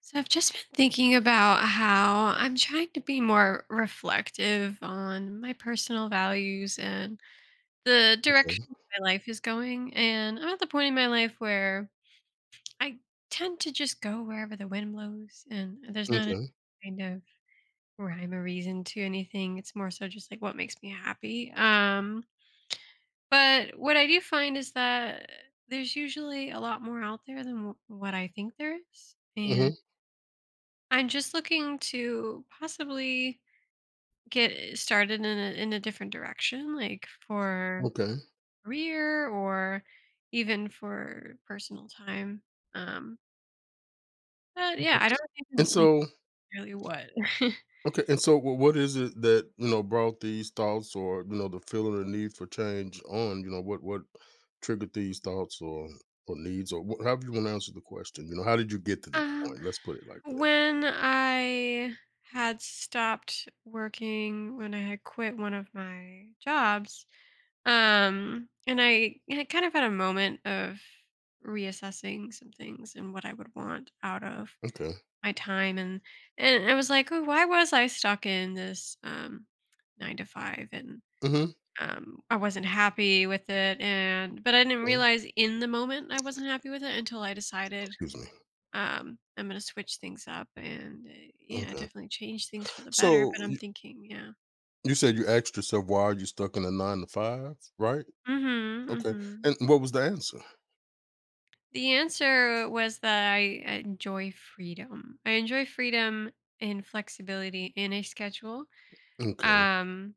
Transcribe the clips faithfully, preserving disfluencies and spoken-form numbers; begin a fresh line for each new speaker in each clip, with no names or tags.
So I've just been thinking about how I'm trying to be more reflective on my personal values and the direction
Okay,
my life is going. And I'm at the point in my life where I tend to just go wherever the wind blows, and there's not a
okay,
kind of rhyme or reason to anything. It's more so just like what makes me happy. Um, but what I do find is that there's usually a lot more out there than wh- what I think there is.
mhm,
I'm just looking to possibly get started in a, in a different direction, like for
okay,
career or even for personal time. Um, but yeah, I
okay,
don't even
and
know
so
really what.
okay, and so wh what is it that, you know, brought these thoughts or, you know, the feeling or need for change on? You know, what what triggered these thoughts or or needs or wh however you wanna answer the question, you know, how did you get to this
um,
point? Let's put it like that.
when I had stopped working, when I had quit one of my jobs, um, and I had kind of had a moment of reassessing some things and what I would want out of
Okay,
my time and and I was like, "Oh, why was I stuck in this um nine to five?" And
mhm,
um I wasn't happy with it, and but I didn't
yeah,
realize in the moment I wasn't happy with it until I decided
Excuse me.
um I'm going to switch things up, and uh, yeah,
okay.
definitely change things for the better,
So,
but I'm
you
thinking, yeah.
you said you asked yourself, "Why are you stuck in a nine to five?" Right?
Mhm.
Okay,
Mhm.
and what was the answer?
The answer was that I enjoy freedom. I enjoy freedom and flexibility in a schedule.
Okay,
Um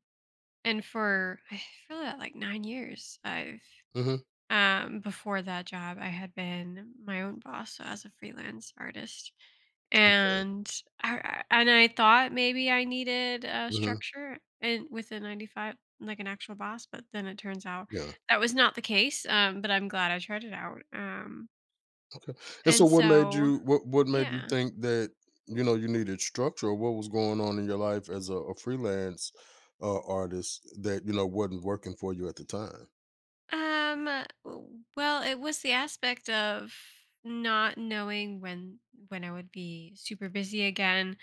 And for I feel that like nine years, I've
mhm,
um before that job, I had been my own boss so as a freelance artist.
yeah,
And I I- and I thought maybe I needed a
mhm,
structure and with a nine to five, like an actual boss, but then it turns out
yeah.
that was not the case. Um but I'm glad I tried it out. Um
And so
and
what made
so,
you what what made you
yeah.
think that, you know, you needed structure or what was going on in your life as a, a freelance uh, artist that, you know, wasn't working for you at the time?
Um, uh, w- well, it was the aspect of not knowing when when I would be super busy again.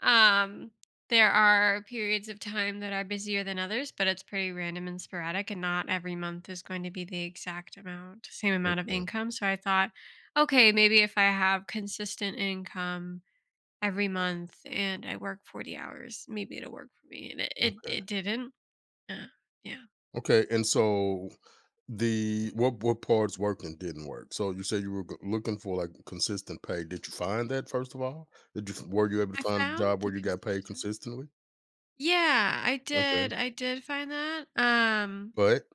Um, there are periods of time that are busier than others, but it's pretty random and sporadic, and not every month is going to be the exact amount, same amount of
Okay.
income. So I thought, okay, maybe if I have consistent income every month and I work forty hours, maybe it'll work for me. And it it,
Okay.
it didn't. Uh, yeah.
Okay. And so the what what parts worked and didn't work? So you said you were g- looking for like consistent pay. Did you find that first of all? Did you were you able to
I
find a
found
job
the
where you got paid
consistent.
consistently?
Yeah, I
Okay.
did I did find that. Um,
But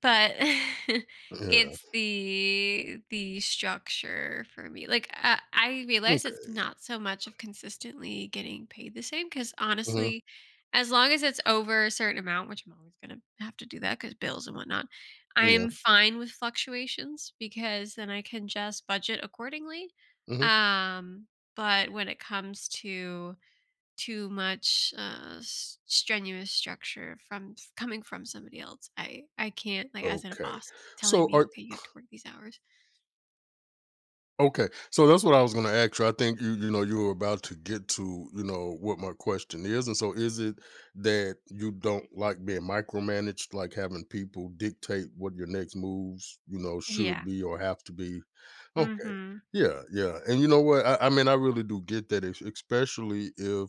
But
yeah.
it's the the structure for me. Like I, I realize it's
Okay.
not so much of consistently getting paid the same because
hmm
honestly, as long as it's over a certain amount, which I'm always gonna have to do that because bills and whatnot, I
Yeah.
am fine with fluctuations because then I can just budget accordingly.
hmm
Um, but when it comes to too much uh s- strenuous structure from coming from somebody else, i i can't, like, as in a
Okay.
boss telling
So
me,
are
okay, you have to work these hours.
Okay, so that's what I was going to ask you. I think you, you know, you were about to get to, you know, what my question is. And so, is it that you don't like being micromanaged, like having people dictate what your next moves, you know, should
Yeah.
be or have to be, Okay.
Mhm.
Yeah, yeah, and you know what? I I mean, I really do get that, es especially if,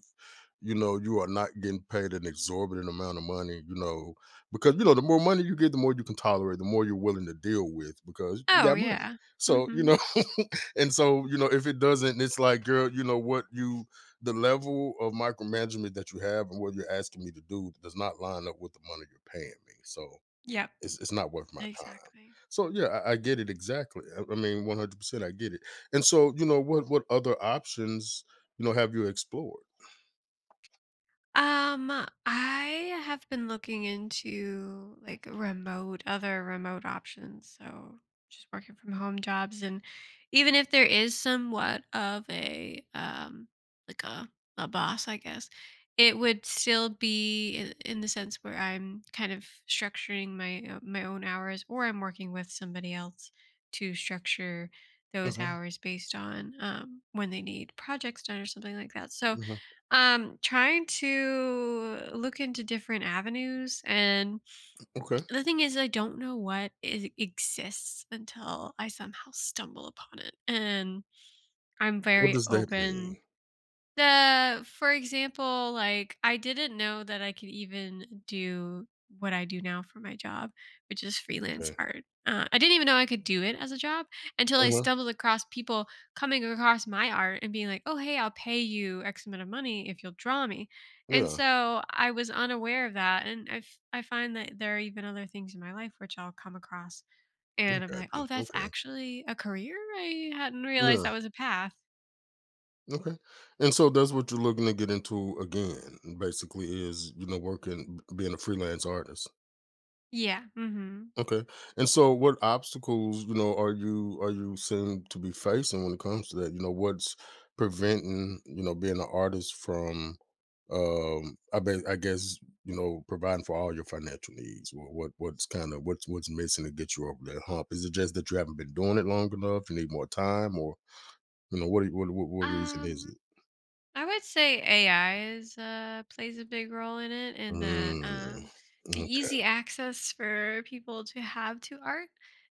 you know, you are not getting paid an exorbitant amount of money, you know, because, you know, the more money you get, the more you can tolerate, the more you're willing to deal with because you
Oh,
got money.
yeah.
So, you
Mhm.
know, and so, you know, if it doesn't, it's like, "Girl, you know what? You the level of micromanagement that you have and what you're asking me to do does not line up with the money you're paying me." So
Yep.
it's it's not worth my time.
Exactly.
So yeah, I, I get it exactly. I, I mean, one hundred percent, I get it. And so, you know, what what other options, you know, have you explored?
Um, I have been looking into like remote, other remote options. So just working from home jobs, and even if there is somewhat of a um, like a a boss, I guess it would still be in, in the sense where I'm kind of structuring my uh, my own hours, or I'm working with somebody else to structure those
Okay.
hours based on um, when they need projects done or something like that. So
Mhm.
um, trying to look into different avenues, and
Okay.
the thing is, I don't know what I exists until I somehow stumble upon it, and I'm
What
very
does that
open.
mean?
The For example, like, I didn't know that I could even do what I do now for my job, which is freelance
Okay.
art. Uh, I didn't even know I could do it as a job until I
Uh-huh.
stumbled across people coming across my art and being like, "Oh, hey, I'll pay you X amount of money if you'll draw me." And
Yeah,
so I was unaware of that, and I f- I find that there are even other things in my life which I'll come across,
I
and I'll be
got
like,
you.
"Oh, that's
Okay.
actually a career. I hadn't realized
Yeah.
that was a path."
Okay. And so that's what you're looking to get into again, basically, is, you know, working, being a freelance artist.
Yeah. Hmm.
Okay. And so what obstacles, you know, are you are you seem to be facing when it comes to that? You know, what's preventing, you know, being an artist from um I bet I guess, you know, providing for all your financial needs. What what what's kind of what's what's missing to get you over that hump? Is it just that you haven't been doing it long enough? You need more time or you know, what do you- what what, what reason is
Um.
it?
I would say A I is uh, plays a big role in it, in that
Mm,
um, the
okay.
easy access for people to have to art,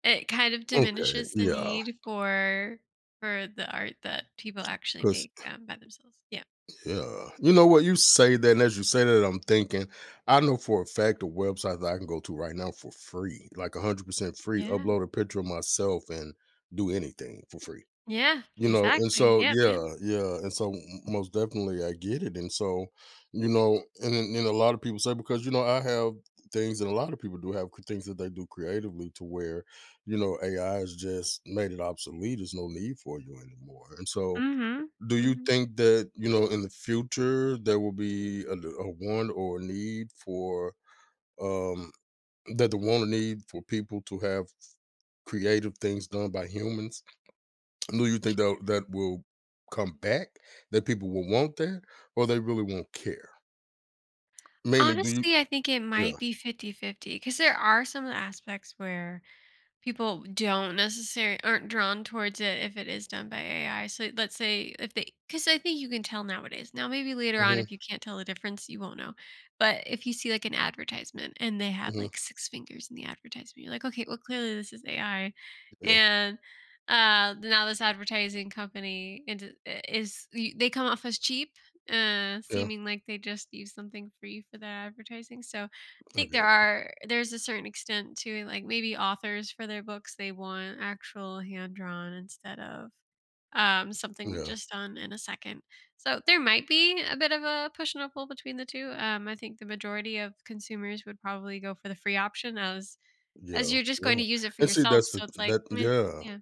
it kind of
Okay.
diminishes the
Yeah.
need for for the art that people actually
Cuz
make um, by themselves. Yeah,
Yeah. You know what? You say that, and as you say that, I'm thinking, I know for a fact a website that I can go to right now for free, like one hundred percent free,
yeah,
upload a picture of myself and do anything for free.
yeah,
You know, and
exactly.
so
Yep, yep.
yeah, yeah, and so m- most definitely I get it, and so you know, and then and a lot of people say because you know I have things, and a lot of people do have cr- things that they do creatively to where you know A I has just made it obsolete. There's no need for you anymore, and so
Mm-hmm.
do you
Hmm.
think that, you know, in the future there will be a a want or a need for um that the want or need for people to have creative things done by humans? Do you think that that will come back? That people will want that, or they really won't care? Meaning, do you?
Honestly, I think it
Yeah.
might be fifty-fifty, because there are some aspects where people don't necessarily aren't drawn towards it if it is done by A I. So let's say if they, because I think you can tell nowadays. Now maybe later on if
hmm
you can't tell the difference, you won't know. But if you see like an advertisement and they have
hmm
like six fingers in the advertisement, you're like, okay, well clearly this is A I.
yeah.
And uh now this advertising company, and uh, is y- they come off as cheap, uh
Yeah.
seeming like they just use something free for their advertising. So think there
Okay.
are there's a certain extent to, like, maybe authors for their books they want actual hand drawn instead of um something
Yeah.
just done in a second, so there might be a bit of a push and a pull between the two. um I think the majority of consumers would probably go for the free option, as
Yeah.
as you're just
Yeah.
going to use it for
And see,
yourself,
that's the
so it's like
that.
meh,
Yeah.
yeah.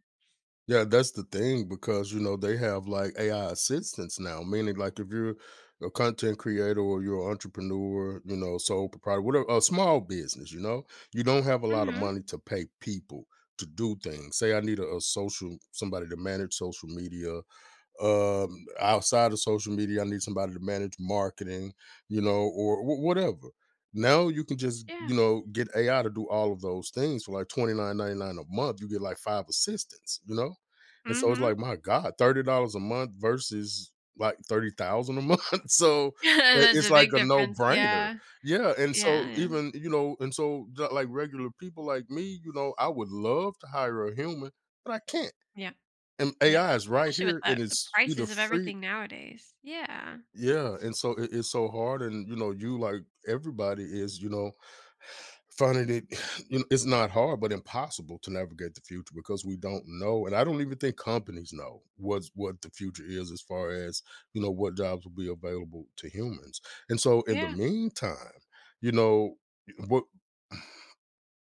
Yeah, that's the thing because you know they have like A I assistants now, meaning like if you're a content creator or you're an entrepreneur, you know, sole proprietor, whatever, a small business, you know, you don't have a lot of
Mm-hmm.
money to pay people to do things. Say I need a, a social somebody to manage social media um outside of social media I need somebody to manage marketing, you know, or wh- whatever, now you can just,
Yeah.
you know, get AI to do all of those things for like twenty-nine ninety-nine a month. You get like five assistants, you know, and so it's
Mm-hmm.
like my god, thirty dollars a month versus like thirty thousand a month. So that-
That's
it's
a
like
big
a
difference,
no-brainer.
yeah.
Yeah, and
Yeah,
so
yeah,
even, you know, and so ju- like regular people like me, you know, I would love to hire a human, but I can't,
yeah,
and
yeah.
A I is right
Especially with
here,
the,
and
the
it's either
prices of
free.
everything nowadays, yeah.
Yeah, and so it it's so hard, and, you know, you, like everybody is, you know, finding it you know, it's not hard, but impossible to navigate the future because we don't know, and I don't even think companies know what's what the future is as far as, you know, what jobs will be available to humans, and so in the
Yeah.
meantime, you know, what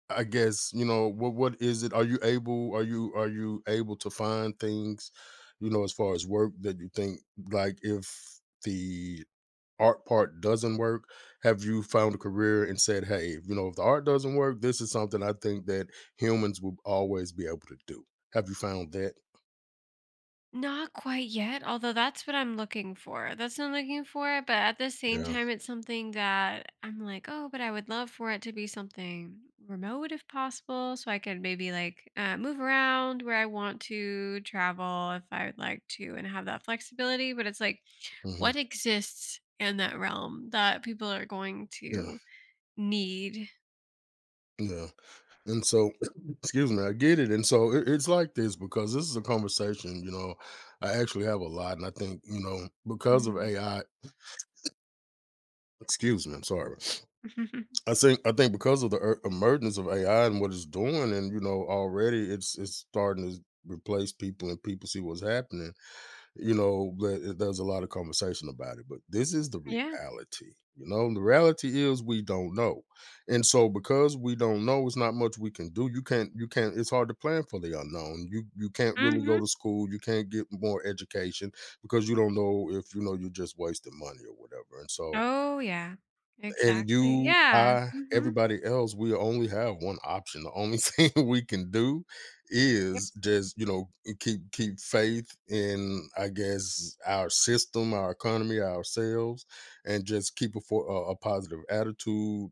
I guess you know what what is it? Are you able? Are you are you able to find things, you know, as far as work that you think like if the art part doesn't work, have you found a career and said, hey, you know, if the art doesn't work, this is something I think that humans will always be able to do. Have you found that?
Not quite yet, although that's what I'm looking for. That's what I'm looking for, but at the same
Yeah.
time, it's something that I'm like, oh, but I would love for it to be something remote if possible, so I could maybe like uh, move around where I want to, travel if I would like to, and have that flexibility. But it's like,
hmm
what exists in that realm that people are going
Yeah.
to need?
Yeah. And so, excuse me, I get it. And so it, it's like this because this is a conversation, you know, I actually have a lot. And I think, you know, because of
Mhm.
A I, excuse me, I'm sorry. I think I think because of the er- emergence of A I and what it's doing, and you know, already it's it's starting to replace people, and people see what's happening. You know, that there's a lot of conversation about it, but this is the
Yeah.
reality. You know, the reality is we don't know, and so because we don't know, it's not much we can do. You can't, you can't. It's hard to plan for the unknown. You you can't really
Hmm.
go to school. You can't get more education because you don't know if you know you're just wasting money or whatever. And so,
Oh, yeah.
and
Exactly.
you,
Yeah.
I,
Hmm.
everybody else, we only have one option. The only thing we can do is just, you know, eh, keep keep faith in, I guess, our system, our economy, ourselves, and just keep a for a, a positive attitude.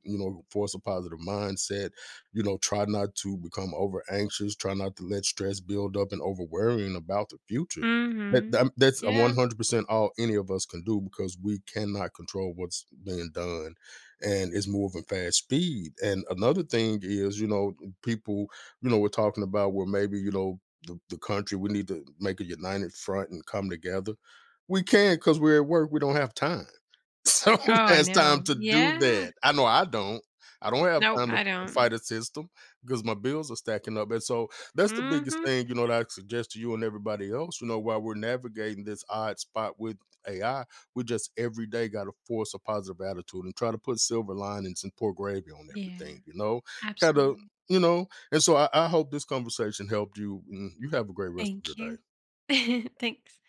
You know, force a positive mindset. You know, try not to become over anxious. Try not to let stress build up and over worrying about the future. That,
Mhm.
that- that's a
Yeah.
one hundred percent all any of us can do because we cannot control what's being done and it's moving fast speed. And another thing is, you know, people, you know, we're talking about where maybe, you know, the, the country, we need to make a united front and come together. We can because we're at work, we don't have time.
Oh,
Someone
I
has time
know.
to do
Yeah.
that. I know I don't. I don't have
No,
time to
I don't.
fight a system because my bills are stacking up. And so that's the biggest
Mhm.
thing, you know, that I suggest to you and everybody else, you know, while we're navigating this odd spot with A I, we just every day got to force a positive attitude and try to put silver linings and pour gravy on
Yeah.
everything, you know, kind of,
Absolutely.
you know. And so I, I hope this conversation helped you. And you have a great rest of
Thank
your
you.
day.
Thanks.